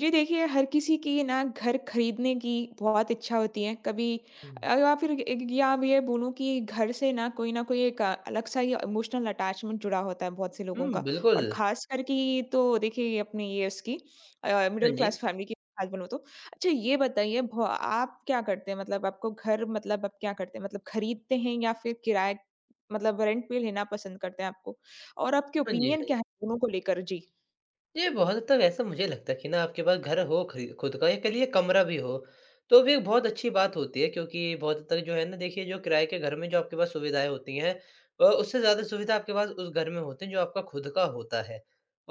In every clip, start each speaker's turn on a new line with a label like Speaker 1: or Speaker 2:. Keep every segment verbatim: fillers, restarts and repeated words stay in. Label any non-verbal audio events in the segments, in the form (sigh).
Speaker 1: जी देखिए, हर किसी की ना घर खरीदने की बहुत इच्छा होती है। कभी
Speaker 2: हुँ।
Speaker 1: अ, या फिर ए या अब ये बोलूँ कि घर से ना कोई ना कोई एक अलग-सा ये इमोशनल अटैचमेंट जुड़ा होता है बहुत से लोगों का।
Speaker 2: हुँ,
Speaker 1: और
Speaker 2: बिल्कुल।
Speaker 1: ख़ासकर कि तो देखिए ये अपने ये इसकी अ,
Speaker 2: हाँ
Speaker 1: मिडल
Speaker 2: जी।
Speaker 1: क्लास फैमिली की बात बोलूँ तो। अच्छा ये बताइए भो आप क्या करते हैं? मतलब आपको घर मतलब आप क्या करते हैं? मतलब खरीदते हैं या फिर किराए मतलब रेंट पे लेना पसंद करते हैं आपको? और आपके
Speaker 2: हाँ जी,
Speaker 1: ओपिनियन
Speaker 2: हाँ जी।
Speaker 1: क्या है दोनों को लेकर? जी,
Speaker 2: ये बहुत हद तक ऐसा मुझे लगता है कि ना आपके पास घर हो, खरी खुद का, या कह लीजिए कमरा भी हो, तो भी एक बहुत अच्छी बात होती है। क्योंकि बहुत हद तक जो है ना, देखिए, जो किराए के घर में जो आपके पास सुविधाएँ होती हैं, अ, उससे ज़्यादा सुविधा आपके पास उस घर में होती है जो आपका खुद का होता है।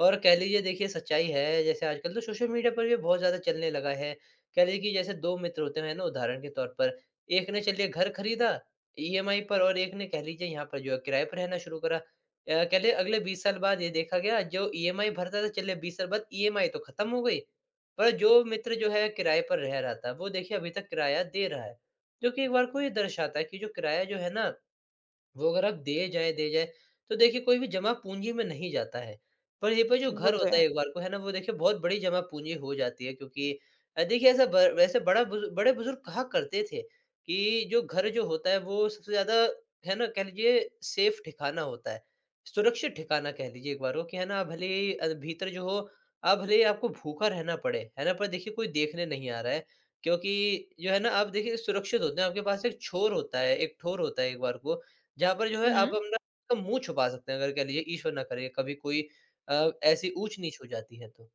Speaker 2: और कह लीजिए, देखिए, सच्चाई है, जैसे आजकल तो सोशल मीडिया पर भी बहुत ज़्यादा चलने लगा है। कह लीजिए कि जैसे दो मित्र होते हैं ना, उदाहरण के तौर पर, एक ने चलिए घर खरीदा ईएमआई पर, और एक ने कह लीजिए यहाँ पर जो है किराए पर रहना शुरू करा। अ, कहते अगले बीस साल बाद ये देखा गया, जो ईएमआई भरता था, चले बीस साल बाद ईएमआई तो खत्म हो गई। पर जो मित्र जो है किराए पर रह रहा था, वो देखिए अभी तक किराया दे रहा है। जो कि एक बार को ये दर्शाता है कि जो किराया जो है ना, वो अगर आप दे जाएँ, दे जाएँ, तो देखिए कोई भी जमा पूँजी में नहीं जाता है। पर ये पर जो
Speaker 1: वो
Speaker 2: घर
Speaker 1: तो
Speaker 2: होता
Speaker 1: है।
Speaker 2: है एक बार को है ना, वो देखिए बहुत बड़ी जमा पूँजी हो जाती है। क्योंकि अ, देखिए, ऐसा ब वैसे बड़ा बुज़ु बड़े-बुज़ुर्ग कहा करते थे कि जो घर जो होता है, वो सबसे ज़्यादा, है ना, कह लीजिए सेफ ठिकाना होता है। सुरक्षित ठिकाना, कह लीजिए एक बार को कि है ना, भले ही अ, भीतर जो हो, आप भले ही, आपको भूखा रहना पड़े, है ना, पर देखिए कोई देखने नहीं आ रहा है। क्योंकि जो है ना, आप देखिए सुरक्षित होते हैं, आपके पास एक छोर होता है, एक ठोर होता है एक बार को, जहाँ पर जो है
Speaker 1: हुँ।
Speaker 2: आप अपना मुँह छुपा सकते हैं, अगर कह लीजिए ईश्वर ना करे कभी कोई अ, ऐसी ऊँच-नीच हो जाती है तो।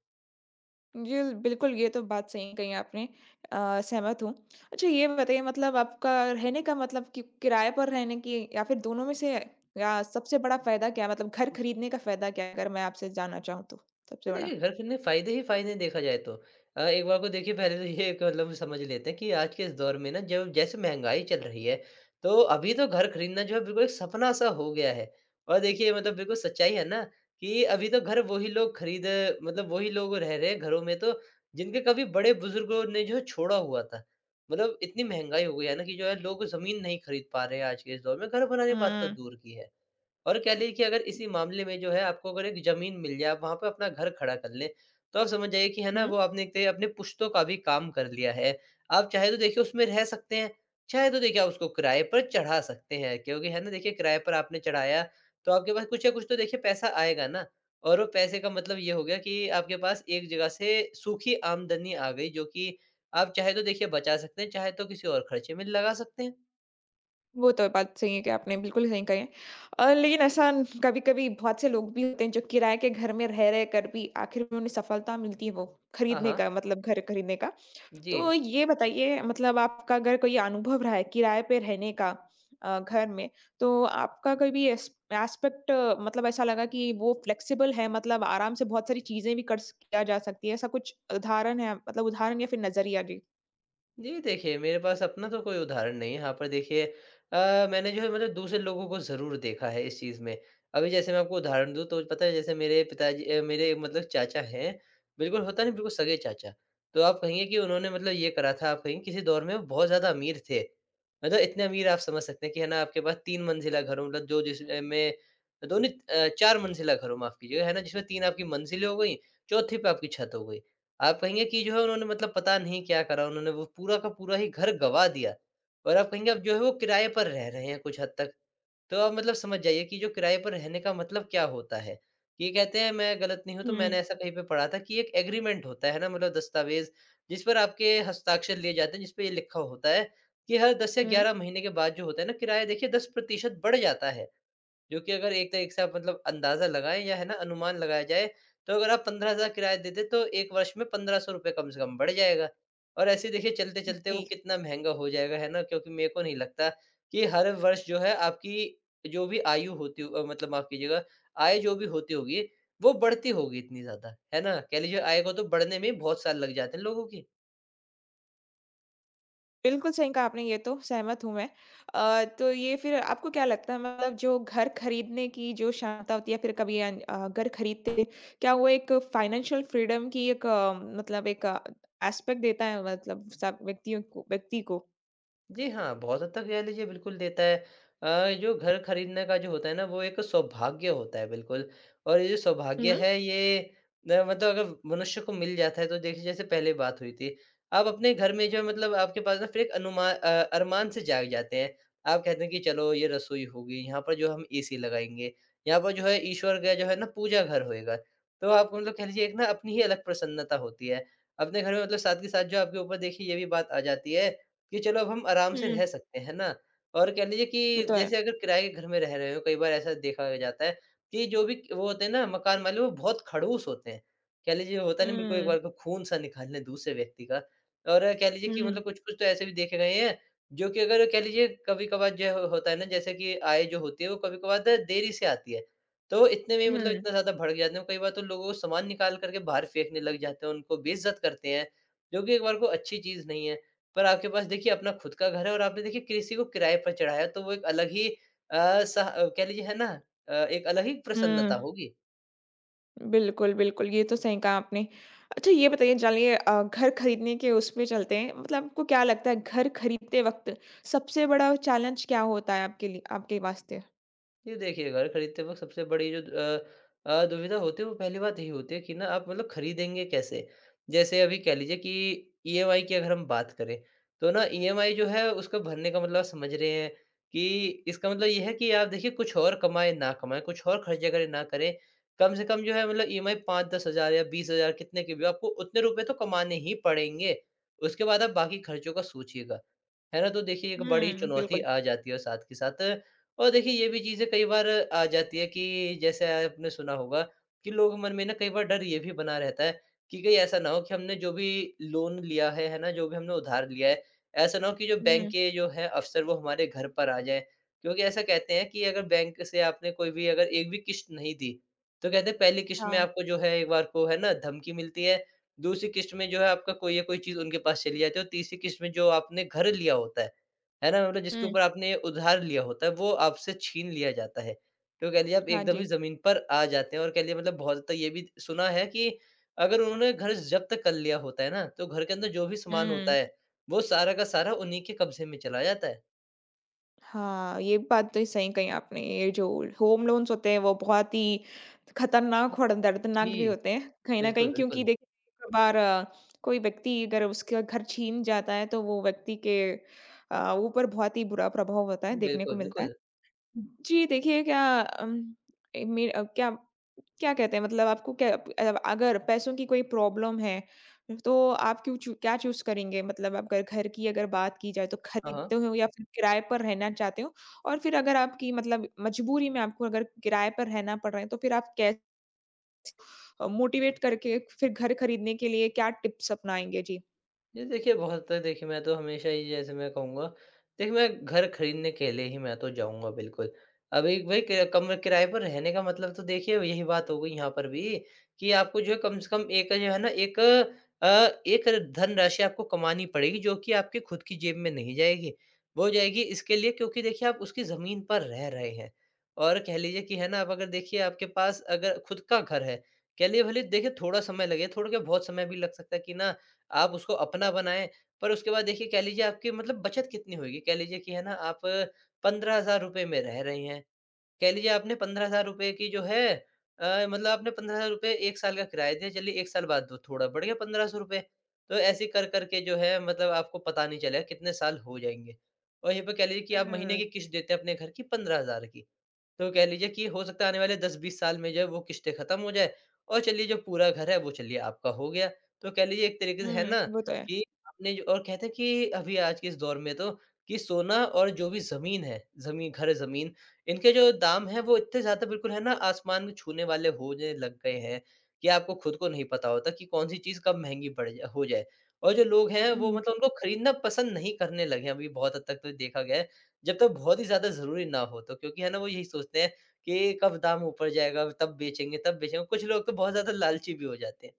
Speaker 1: जी, बिल्कुल ये तो बात सही कही आपने, अ, सहमत हूँ। अच्छा ये बताइए मतलब आपका रहने का मतलब कि किराए पर रहने की या फिर दोनों में से या सबसे बड़ा फ़ायदा क्या है? मतलब घर खरीदने का फ़ायदा क्या है? अगर मैं आपसे जानना चाहूँ तो, सबसे
Speaker 2: ये
Speaker 1: बड़ा?
Speaker 2: देखिए, घर खरीदने के फ़ायदे ही फ़ायदे देखा जाए तो। अ, एक बार को देखिए, पहले तो ये एक मतलब समझ लेते हैं कि आज के इस दौर में ना, जब जैसे महँगाई चल रही है, तो अभी तो घर खरीदना जो है बिल्कुल एक सपना-सा हो गया है। और देखिए, मतलब बिल्कुल सच्चाई है ना, कि अभी तो घर वही लोग खरीद मतलब वही लोग रह रहे हैं घरों में, तो जिनके कभी बड़े-बुज़ुर्गों ने जो है छोड़ा हुआ था। मतलब इतनी महँगाई हो गई है ना कि जो है लोग ज़मीन नहीं खरीद पा रहे हैं आज के इस दौर में, घर बनाने की बात तो
Speaker 1: हुँ।
Speaker 2: दूर की है। और कह लीजिए कि अगर इसी मामले में जो है आपको अगर एक ज़मीन मिल जाए, आप वहाँ पे अपना घर खड़ा कर लें, तो आप समझ जाइए कि है ना,
Speaker 1: हुँ।
Speaker 2: वो आपने एक त अपने पुश्तों का भी काम कर लिया है। आप चाहे तो देखिए उसमें रह सकते हैं, चाहे तो देखिए आप उसको किराए पर चढ़ा सकते हैं, क्योंकि है ना, देखिए किराए पर आपने चढ़ाया, तो आपके पास कुछ या कुछ तो देखिए पैसा आएगा ना। और वो पैसे का मतलब ये हो गया कि आपके पास एक जगह से सूखी आमदनी आ गई, जो कि आप चाहे तो देखिए बचा सकते हैं, चाहे तो किसी और खर्चे में लगा सकते हैं।
Speaker 1: वो तो बात सही है कि आपने बिल्कुल सही कही है। अ, लेकिन ऐसा कभी-कभी बहुत से लोग भी होते हैं जो किराए के घर में रह-रह कर भी आखिर में उन्हें सफलता मिलती है वो
Speaker 2: हाँ,
Speaker 1: खरीदने
Speaker 2: हाँ।
Speaker 1: का मतलब घर खरीदने का।
Speaker 2: जी।
Speaker 1: तो ये बताइए मतलब आपका अगर कोई अनुभव रहा है किराए पे रहने का अ, घर में, तो आपका कोई भी एस एस्पेक्ट मतलब ऐसा लगा कि वो फ्लेक्सिबल है मतलब आराम से बहुत सारी चीज़ें भी कर स किया जा सकती है। ऐसा कुछ उदाहरण है मतलब उदाहरण या फिर नज़रिया? जी।
Speaker 2: जी, देखिए मेरे पास अपना तो कोई उदाहरण नहीं है। यहाँ पर देखिए, अ, मैंने जो है मतलब दूसरे लोगों को ज़रूर देखा है इस चीज़ में। अभी जैसे मैं आपको उदाहरण दूँ तो पता है, जैसे मेरे पिताजी, अ, मेरे मतलब चाचा हैं, बिल्कुल होता नहीं, बिल्कुल सगे चाचा। तो आप कहेंगे कि उन्होंने मतलब ये करा था, आप कहेंगे किसी दौर में वो बहुत ज़्यादा अमीर थे। मतलब इतने अमीर, आप समझ सकते हैं कि है ना, आपके पास तीन मंजिला घर हो, मतलब जो जिसमें दोनों, अ, चार मंजिला घर हो, माफ़ कीजिएगा, है ना, जिसमें तीन आपकी मंजिलें हो गई, चौथी पे आपकी छत हो गई। आप कहेंगे कि जो है उन्होंने, मतलब पता नहीं क्या करा उन्होंने, वो पूरा का पूरा ही घर गँवा दिया, और आप कहेंगे अब जो है वो किराए पर रह रहे हैं कुछ हद तक। तो आप मतलब समझ जाइए कि जो किराए पर रहने का मतलब क्या होता है। ये कहते हैं, मैं गलत नहीं हूँ तो
Speaker 1: हुँ,
Speaker 2: मैंने ऐसा कहीं पे पढ़ा था, कि एक एग्रीमेंट होता है ना, मतलब दस्तावेज़, जिस पर आपके हस्ताक्षर लिए जाते हैं, जिस पे ये लिखा होता है कि हर दस या
Speaker 1: हुँ।
Speaker 2: ग्यारह महीने के बाद जो होता है ना, किराया देखिए दस प्रतिशत बढ़ जाता है। जो कि अगर एक तरीके से आप मतलब अंदाज़ा लगाएँ, या है ना अनुमान लगाया जाए, तो अगर आप पंद्रह हज़ार किराया देते, तो एक वर्ष में पंद्रह सौ रुपए कम से कम बढ़ जाएगा। और ऐसे देखिए चलते-चलते वो
Speaker 1: जी।
Speaker 2: कितना महँगा हो जाएगा, है ना? क्योंकि मेरे को नहीं लगता कि हर वर्ष जो है आपकी जो भी आयु होती हो, अ, मतलब माफ़ कीजिएगा, आय जो भी होती होगी, वो बढ़ती होगी इतनी ज़्यादा, है ना? कह लीजिए आय को तो बढ़ने में ही बहुत साल लग जाते हैं लोगों की।
Speaker 1: बिल्कुल सही कहा आपने ये तो, सहमत हूँ मैं। अ, तो ये फिर आपको क्या लगता है मतलब जो घर खरीदने की जो क्षमता होती है फिर कभी अन अ, घर खरीदते, क्या वो एक फाइनेंशियल फ्रीडम की एक अ, मतलब एक अ, एस्पेक्ट देता है मतलब सब व्यक्तियों को व्यक्ति को?
Speaker 2: जी हाँ, बहुत हद तक कह लीजिए बिल्कुल देता है। अ, जो घर खरीदने का जो होता है ना, वो एक सौभाग्य होता है, बिल्कुल। और ये जो सौभाग्य
Speaker 1: हुँ,
Speaker 2: है, ये न मतलब अगर मनुष्य को मिल जाता है, तो देखिए जैसे पहले बात हुई थी। आप अपने घर में जो है, मतलब आपके पास ना फिर एक अनुमा अ, अरमान से जाग जाते हैं। आप कहते हैं कि चलो ये रसोई होगी, यहाँ पर जो हम एसी लगाएँगे, यहाँ पर जो है ईश्वर का जो है ना पूजा घर होएगा। तो आप, मतलब कह लीजिए, एक ना अपनी ही अलग प्रसन्नता होती है। अपने घर में, मतलब साथ के साथ जो आपके ऊपर देखिए ये भी बात आ जाती है कि चलो अब हम आराम से
Speaker 1: हुँ,
Speaker 2: रह सकते हैं, है ना? और कह लीजिए कि
Speaker 1: वो तो है।
Speaker 2: जैसे अगर किराए के घर में रह रहे हो, कई बार ऐसा देखा जाता है कि जो भी वो होते हैं ना मकान वाले, वो बहुत खड़ूस होते हैं। कह लीजिए होता है ना, बिल्कुल एक
Speaker 1: हुँ,
Speaker 2: बार को खून-सा निकालने दूसरे व्यक्ति का। और कह लीजिए कि
Speaker 1: हुँ,
Speaker 2: मतलब कुछ-कुछ तो ऐसे भी देखे गए हैं, जो कि अगर कह लीजिए कभी-कभार जो ह होता है ना, जैसे कि आय जो होती है, वो कभी-कभार देरी से आती है। तो इतने में मतलब
Speaker 1: हुँ,
Speaker 2: इतना ज़्यादा भड़क जाते हैं, कई बार तो लोगों को सामान निकाल कर के बाहर फेंकने लग जाते हैं, उनको बेइज्जत करते हैं, जो कि एक बार को अच्छी चीज़ नहीं है। पर आपके पास देखिए अपना खुद का घर है, और आपने देखिए किसी को किराए पर चढ़ाया, तो वो एक अलग ही अ, सह अ, कह लीजिए, है ना? अ, एक अलग ही प्रसन्नता
Speaker 1: हुँ।
Speaker 2: होगी।
Speaker 1: बिल्कुल, बिल्कुल, ये तो सही कहा आपने। अच्छा ये बताइए चलिए अ, घर खरीदने के उस पे चलते हैं, मतलब आपको क्या लगता है घर खरीदते वक़्त सबसे बड़ा चैलेंज क्या होता है आपके लिए आपके वास्ते?
Speaker 2: ये देखिए, घर खरीदते वक़्त सबसे बड़ी जो अ अ, दुविधा होती है, वो पहली बात यही होती है कि ना आप मतलब खरीदेंगे कैसे? जैसे अभी कह लीजिए कि ईएमआई की अगर हम बात करें, तो ना ईएमआई जो है उसको भरने का, मतलब आप समझ रहे हैं कि इसका मतलब ये है कि आप देखिए कुछ और कमाएँ ना कमाएँ, कुछ और खर्चे करें ना करें, कम से कम जो है मतलब ईएमआई पाँच से दस हज़ार या बीस हज़ार कितने के भी हो, आपको उतने रुपए तो कमाने ही पड़ेंगे। उसके बाद आप बाकी खर्चों का सोचिएगा। है ना? तो देखिए एक बड़ी
Speaker 1: हुँ,
Speaker 2: चुनौती
Speaker 1: बिल्कुल।
Speaker 2: आ जाती है साथ के साथ। और देखिए ये भी चीज़ें कई बार आ जाती है कि जैसे आपने सुना होगा कि लोगों के मन में ना कई बार डर ये भी बना रहता है कि कहीं ऐसा ना हो कि हमने जो भी लोन लिया है है ना, जो भी हमने उधार लिया है, ऐसा ना हो कि जो बैंक
Speaker 1: हुँ,
Speaker 2: के जो है अफसर, वो हमारे घर पर आ जाए। क्योंकि ऐसा कहते हैं कि अगर बैंक से आपने कोई भी, अगर एक भी किस्त नहीं दी, तो कहते हैं पहली किस्त में
Speaker 1: हाँ।
Speaker 2: आपको जो है एक बार को है ना धमकी मिलती है, दूसरी किस्त में जो है आपका कोई या कोई चीज़ उनके पास चली जाती है, और तीसरी किस्त में जो आपने घर लिया होता है है ना? मतलब जिसके
Speaker 1: हुँ,
Speaker 2: ऊपर आपने उधार लिया होता है, वो आपसे छीन लिया जाता है। तो कह लीजिए आप
Speaker 1: हाँ
Speaker 2: एकदम
Speaker 1: जी।
Speaker 2: ही ज़मीन पर आ जाते हैं, और कह लीजिए मतलब बहुत ज़्यादा ये भी सुना है कि अगर उन्होंने घर ज़ब्त कर लिया होता है ना, तो घर के अंदर जो भी सामान होता
Speaker 1: हुँ।
Speaker 2: है, वो सारा का सारा उन्हीं के कब्ज़े में चला जाता है।
Speaker 1: हाँ, ये बात तो सही कही आपने। ये जो होम लोन्स होते हैं वो बहुत ही खतरनाक और दर्दनाक
Speaker 2: जी।
Speaker 1: भी होते हैं, कहीं न
Speaker 2: बिल्कुल,
Speaker 1: कहीं क्योंकि
Speaker 2: बिल्कुल।
Speaker 1: देखिए कई-कभार कोई व्यक्ति अगर उसका घर छीन जाता है तो वो व्यक्ति के अ, ऊपर बहुत ही बुरा प्रभाव होता है, देखने को
Speaker 2: बिल्कुल,
Speaker 1: मिलता है।
Speaker 2: बिल्कुल।
Speaker 1: जी, देखिए क्या अम, ए, मे अ, क्या क्या कहते हैं मतलब आपको क्या अ, अगर पैसों की कोई प्रॉब्लम है, तो आप क्यों चू क्या चूज़ करेंगे? मतलब आप अगर घर की अगर बात की जाए तो
Speaker 2: हाँ,
Speaker 1: खरीदते
Speaker 2: हाँ।
Speaker 1: हो या फिर किराए पर रहना चाहते हो? और फिर अगर आपकी मतलब मजबूरी में आपको अगर किराए पर रहना पड़ रहा है, तो फिर आप कै अ, मोटिवेट करके फिर घर खरीदने के लिए क्या टिप्स अपनाएँगे? जी।
Speaker 2: जी, देखिए बहुत हद तक देखिए, मैं तो हमेशा ही जैसे मैं कहूँगा, देखिए मैं घर खरीदने के लिए ही मैं तो जाऊँगा बिल्कुल। अभी भाई क कम किराए पर रहने का मतलब तो देखिए यही बात हो गई यहाँ पर भी, कि आपको जो है कम से कम एक जो है ना एक अ, एक धनराशि आपको कमानी पड़ेगी, जो कि आपके खुद की जेब में नहीं जाएगी। वो जाएगी इसके लिए, क्योंकि देखिए आप उसकी ज़मीन पर रह रहे हैं। और कह लीजिए कि है ना, आप अगर देखिए, आपके पास अगर खुद का घर है, कह लिए भले देखिए थोड़ा समय लगे, थोड़ा क्या बहुत समय भी लग सकता है कि ना आप उसको अपना बनाएँ। पर उसके बाद देखिए कह लीजिए आपकी मतलब बचत कितनी होएगी? कह लीजिए कि है ना आप पंद्रह हज़ार रुपए में रह रही हैं, कह लीजिए आपने पंद्रह हज़ार रुपए की जो है अ, मतलब आपने पंद्रह हज़ार रुपए एक साल का किराया दिया, चलिए एक साल बाद दो थोड़ा बढ़ गया पंद्रह सौ रुपए। तो ऐसे कर, कर के जो है मतलब आपको पता नहीं चलेगा कितने साल हो जाएँगे। और यहीं पे कह लीजिए कि आप महीने
Speaker 1: हुँ।
Speaker 2: की किश्त देते हैं अपने घर की पंद्रह हज़ार की। तो कह लीजिए कि हो सकता है आने वाले दस बीस साल में जो है वो किश्तें खत्म हो जाए, और चलिए जो पूरा घर है वो चलिए आपका हो गया। तो कह लीजिए एक तरीके से है
Speaker 1: हुँ,
Speaker 2: ना
Speaker 1: वो तो
Speaker 2: कि आपने जो, और कहते हैं कि अभी आज के इस दौर में तो कि सोना और जो भी ज़मीन है, ज़मीन घर-ज़मीन, इनके जो दाम हैं वो इतने ज़्यादा बिल्कुल है ना आसमान को छूने वाले होने लग गए हैं, कि आपको खुद को नहीं पता होता कि कौन-सी चीज़ कब महँगी पड़ जा हो जाए। और जो लोग हैं
Speaker 1: है।
Speaker 2: वो मतलब उनको खरीदना पसंद नहीं करने लगे हैं, अभी बहुत हद तक तो देखा गया है, जब तक बहुत ही ज़्यादा ज़रूरी ना हो, तो क्योंकि है ना वो यही सोचते हैं कि कब दाम ऊपर जाएगा तब बेचेंगे, तब बेचेंगे, कुछ लोग तो बहुत ज़्यादा लालची भी हो जाते हैं।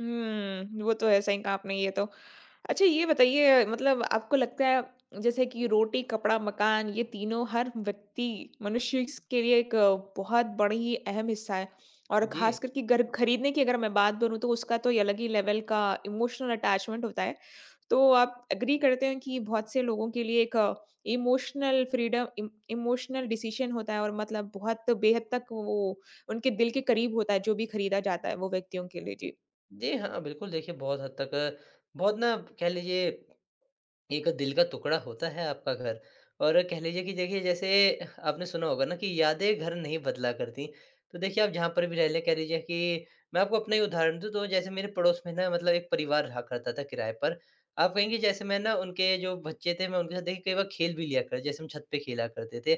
Speaker 1: हुँ, वो तो है, सही कहा आपने ये तो। अच्छा ये बताइए मतलब आपको लगता है जैसे कि रोटी, कपड़ा, मकान ये तीनों हर व्यक्ति मनुष्य स के लिए एक अ, बहुत बड़ी ही अहम हिस्सा है। और
Speaker 2: जी।
Speaker 1: ख़ास करके घर खरीदने की अगर मैं बात बोलूँ तो उसका तो ये अलग ही लेवल का इमोशनल अटैचमेंट होता है। तो आप एग्री करते हैं कि बहुत से लोगों के लिए एक इमोशनल फ्रीडम इम इमोशनल डिसीज़न होता है और मतलब बहुत बेहद तक वो उनके दिल के करीब होता है जो भी खरीदा जाता है वो व्यक्तियों के लिए? जी।
Speaker 2: जी हाँ, बिल्कुल देखिए बहुत हद तक बहुत ना कह लीजिए एक दिल का टुकड़ा होता है आपका घर। और कह लीजिए कि देखिए, जैसे आपने सुना होगा ना कि यादें घर नहीं बदला करती। तो देखिए आप जहाँ पर भी रह लें, कह लीजिए कि मैं आपको अपना ही उदाहरण दूँ तो, जैसे मेरे पड़ोस में ना मतलब एक परिवार रहा करता था किराए पर। आप कहेंगे, जैसे मैं ना उनके जो बच्चे थे, मैं उनके साथ देखिए कई बार खेल भी लिया कर, जैसे हम छत पे खेला करते थे।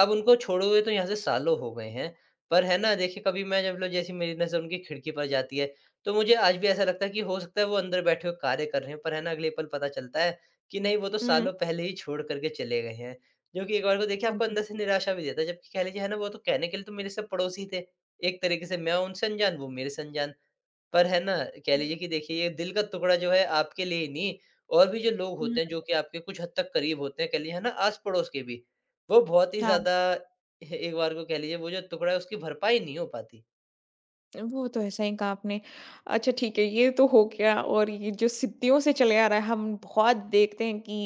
Speaker 2: अब उनको छोड़े हुए तो यहाँ से सालों हो गए हैं। पर है ना देखिए, कभी मैं जब लो जैसे मेरी नज़र उनकी खिड़की पर जाती है, तो मुझे आज भी ऐसा लगता है कि हो सकता है वो अंदर बैठे हुए कार्य कर रहे हैं। पर है ना अगले पल पता चलता है कि नहीं, वो तो सालों पहले ही छोड़ कर के चले गए हैं। जो कि एक बार को देखिए
Speaker 1: हाँ
Speaker 2: आपको
Speaker 1: जी।
Speaker 2: अंदर से निराशा भी देता है, जबकि कह लीजिए है ना वो तो कहने के लिए तो मेरे सब पड़ोसी थे। एक तरीके से मैं उनसे अनजान, वो मेरे से अनजान। पर है ना, कह लीजिए कि देखिए ये दिल का टुकड़ा जो है आपके लिए ही नहीं, और भी जो लोग
Speaker 1: हुँ,
Speaker 2: होते हैं जो कि आपके कुछ हद तक करीब होते हैं, कह लीजिए है ना आस-पड़ोस के भी, वो बहुत ही
Speaker 1: हाँ,
Speaker 2: ज़्यादा ए एक बार को कह लीजिए वो जो टुकड़ा है उसकी भरपाई नहीं हो पाती।
Speaker 1: वो तो है, सही कहा आपने। अच्छा ठीक है, ये तो हो गया और ये जो सिद्दियों से चले आ रहा है, हम बहुत देखते हैं कि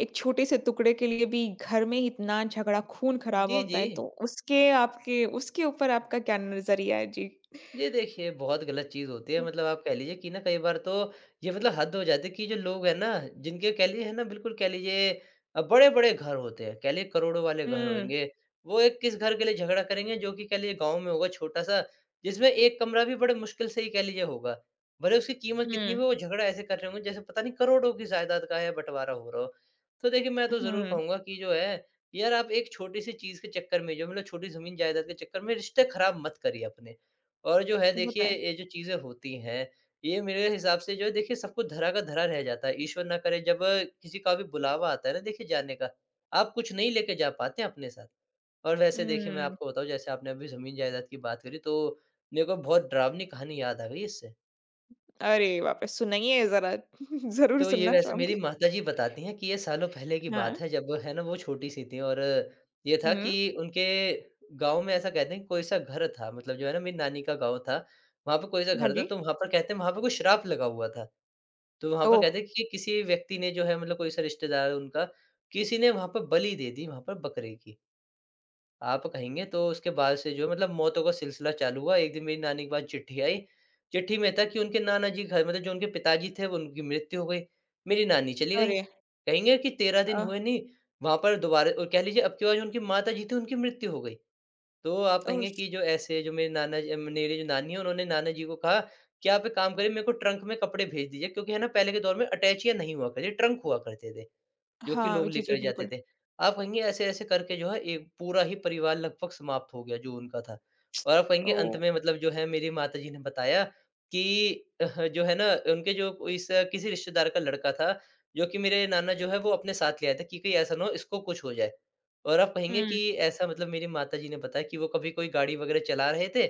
Speaker 1: एक छोटे से टुकड़े के लिए भी घर में इतना झगड़ा, खून-खराबा
Speaker 2: जी,
Speaker 1: होता
Speaker 2: जी।
Speaker 1: है, तो उसके आपके उसके ऊपर आपका क्या नज़रिया है? जी।
Speaker 2: ये देखिए, बहुत गलत चीज़ होती है, मतलब आप कह लीजिए कि ना कई बार तो ये मतलब हद हो जाती है कि जो लोग हैं ना, जिनके कह लीजिए है ना बिल्कुल कह लीजिए अ, बड़े-बड़े घर होते हैं, कह लीजिए करोड़ों वाले घर
Speaker 1: हुँ,
Speaker 2: होंगे। वो एक किस घर के लिए झगड़ा करेंगे, जो कि कह लीजिए गाँव में होगा छोटा-सा, जिसमें एक कमरा भी बड़े मुश्किल से ही कह लीजिए होगा। भले उसकी कीमत
Speaker 1: हुँ,
Speaker 2: कितनी भी हो, वो झगड़ा ऐसे कर रहे होंगे जैसे पता नहीं करोड़ों की जायदात का है बँटवारा हो रहा हो। तो देखिए, मैं तो ज़रूर
Speaker 1: हुँ,
Speaker 2: कहूँगा कि जो है, यार आप एक छोटी-सी चीज़ के चक्कर में, जो मतलब छोटी ज़मीन जायदाद के चक्कर में रिश्ते खराब मत करिए अपने। और जो है
Speaker 1: वो तो
Speaker 2: देखिए
Speaker 1: है।
Speaker 2: ये जो चीज़ें होती हैं, ये मेरे हिसाब से जो है देखिए सब कुछ धरा का धरा रह जाता है। ईश्वर ना करे, जब अ, किसी का भी बुलावा आता है ना देखिए जाने का, आप कुछ नहीं लेके जा पाते हैं अपने साथ। और वैसे देखिए मैं
Speaker 1: हुँ,
Speaker 2: आपको बताऊँ, जैसे आपने अभी ज़मीन-जायदाद की बात करी, तो मेरे को बहुत डरावनी कहानी याद आ गई इससे।
Speaker 1: अरे बाप रे! सुनाइए ज़रा, ज़रूर (laughs)
Speaker 2: तो ये
Speaker 1: सुनना
Speaker 2: वैसे मेरी
Speaker 1: चाहूँगी।
Speaker 2: माताजी बताती हैं कि ये सालों पहले की
Speaker 1: हाँ,
Speaker 2: बात है, जब है ना वो छोटी-सी थी, और ये था कि
Speaker 1: हुँ,
Speaker 2: उनके गाँव में ऐसा कहते हैं कि कोई-सा घर था, मतलब जो है ना मेरी नानी का गाँव था, वहाँ पे कोई-सा
Speaker 1: हाँ
Speaker 2: घर था,
Speaker 1: जी।
Speaker 2: तो वहाँ पर कहते हैं, वहाँ पे कोई श्राप लगा हुआ था। तो वहाँ पर
Speaker 1: ओह!
Speaker 2: कहते हैं कि किसी व्यक्ति ने जो है मतलब कोई-सा रिश्तेदार उनका, किसी ने वहाँ पर बलि दे दी वहाँ पर बकरे की। आप कहेंगे, तो उसके बाद से जो है मतलब मौतों का सिलसिला चालू हुआ। एक दिन मेरी नानी के पास चिट्ठी आई। चिट्ठी में था कि उनके नाना जी घर मतलब जो उनके पिताजी थे वो उनकी मृत्यु हो गई। मेरी नानी चली गईं।
Speaker 1: अरे!
Speaker 2: कहेंगे कि तेरह दिन हुए
Speaker 1: अ,
Speaker 2: नहीं, वहाँ पर दोबारा, और कह लीजिए अब की बार जो उनकी माताजी थीं उनकी मृत्यु हो गई। तो आप
Speaker 1: ओह!
Speaker 2: कहेंगे कि जो ऐसे जो मेरे नाना जी, मेरी जो नानी है उन्होंने नाना जी को कहा कि आप एक काम करिए, मेरे को ट्रंक में कपड़े भेज दीजिए, क्योंकि है ना पहले के दौर में अटैचियाँ नहीं हुआ करती, ट्रंक हुआ करते थे। जो कि
Speaker 1: हाँ,
Speaker 2: लोग
Speaker 1: जी, जी,
Speaker 2: लेकर जाते
Speaker 1: बिल्कुल।
Speaker 2: थे। आप कहेंगे ऐसे-ऐसे करके जो है एक पूरा ही परिवार लगभग समाप्त हो गया जो उनका था। और आप कहेंगे अंत
Speaker 1: ओह!
Speaker 2: में मतलब जो है मेरी माताजी ने बताया कि (laughs) अह, जो है ना उनके जो कोई इस किसी रिश्तेदार का लड़का था, जो कि मेरे नाना जो है वो अपने साथ ले आए थे कि कहीं ऐसा ना हो इसको कुछ हो जाए। और आप कहेंगे
Speaker 1: हुँ,
Speaker 2: कि ऐसा मतलब मेरी माताजी ने बताया कि वो कभी कोई गाड़ी वग़ैरह चला रहे थे,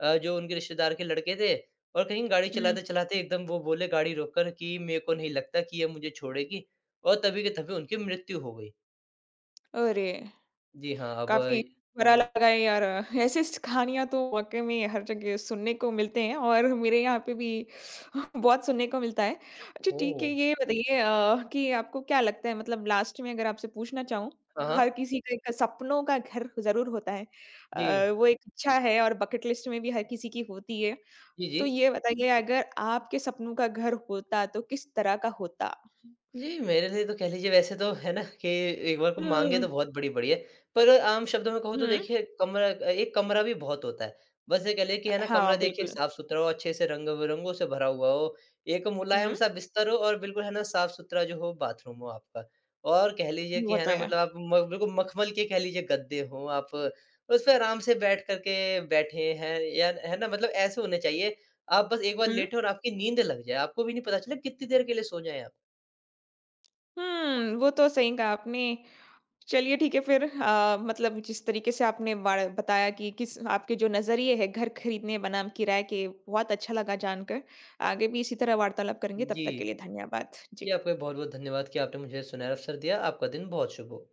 Speaker 2: अ, जो उनके रिश्तेदार के लड़के थे, और कहीं गाड़ी
Speaker 1: हुँ।
Speaker 2: चलाते-चलाते एकदम वो बोले गाड़ी रोक कर कि मेरे को नहीं लगता कि ये मुझे छोड़ेगी। और तभी के तभी उनकी मृत्यु हो गई।
Speaker 1: अरे!
Speaker 2: जी हाँ, अब।
Speaker 1: काफ़ी बुरा हुँ। लगा है यार। ऐसी स कहानियाँ तो वाक़ई में हर जगह सुनने को मिलते हैं और मेरे यहाँ पे भी (laughs) बहुत सुनने को मिलता है। अच्छा ठीक है,
Speaker 2: ओह!
Speaker 1: ये बताइए अ, कि आपको क्या लगता है मतलब लास्ट में अगर आपसे पूछना चाहूँ,
Speaker 2: हाँ,
Speaker 1: हर
Speaker 2: हाँ।
Speaker 1: किसी का एक सपनों का घर ज़रूर होता है।
Speaker 2: जी।
Speaker 1: अ, वो एक इच्छा है और बकेट लिस्ट में भी हर किसी की होती है।
Speaker 2: जी, जी।
Speaker 1: तो ये बताइए अगर आपके सपनों का घर होता तो किस तरह का होता?
Speaker 2: जी, मेरे लिए तो कह लीजिए वैसे तो है ना कि एक बार को माँगे
Speaker 1: हुँ,
Speaker 2: तो बहुत बड़ी-बड़ी है। पर आम शब्दों में कहूँ तो
Speaker 1: हुँ।
Speaker 2: देखिए कमरा, एक कमरा भी बहुत होता है। बस ये कह लें कि है ना
Speaker 1: हाँ,
Speaker 2: कमरा देखिए
Speaker 1: बिल्कुल।
Speaker 2: साफ-सुथरा हो, अच्छे से रंग-बिरंगों से भरा हुआ हो, एक
Speaker 1: हुँ।
Speaker 2: मुलायम सा बिस्तर हो, और बिल्कुल है ना साफ-सुथरा जो हो बाथरूम हो आपका। और कह लीजिए कि
Speaker 1: वो
Speaker 2: है
Speaker 1: तो
Speaker 2: ना
Speaker 1: है।
Speaker 2: मतलब आप म बिल्कुल मखमल के कह लीजिए गद्दे हों, आप उस पे आराम से बैठ कर के बैठे हैं, या है ना मतलब ऐसे होने चाहिए, आप बस एक बार
Speaker 1: हुँ।
Speaker 2: लेटे और आपकी नींद लग जाए, आपको भी नहीं पता चला कितनी देर के लिए सो जाएँ आप।
Speaker 1: हुँ, वो तो सही कहा आपने। चलिए ठीक है फिर अ, मतलब जिस तरीके से आपने बाड़ बताया कि किस आपके जो नज़रिए हैं घर खरीदने बनाम किराए के, बहुत अच्छा लगा जानकर। आगे भी इसी तरह वार्तालाप करेंगे, तब
Speaker 2: जी।
Speaker 1: तक के लिए धन्यवाद।
Speaker 2: जी,
Speaker 1: जी।
Speaker 2: आपका भी बहुत-बहुत धन्यवाद कि आपने मुझे सुनहरा अवसर दिया। आपका दिन बहुत शुभ हो।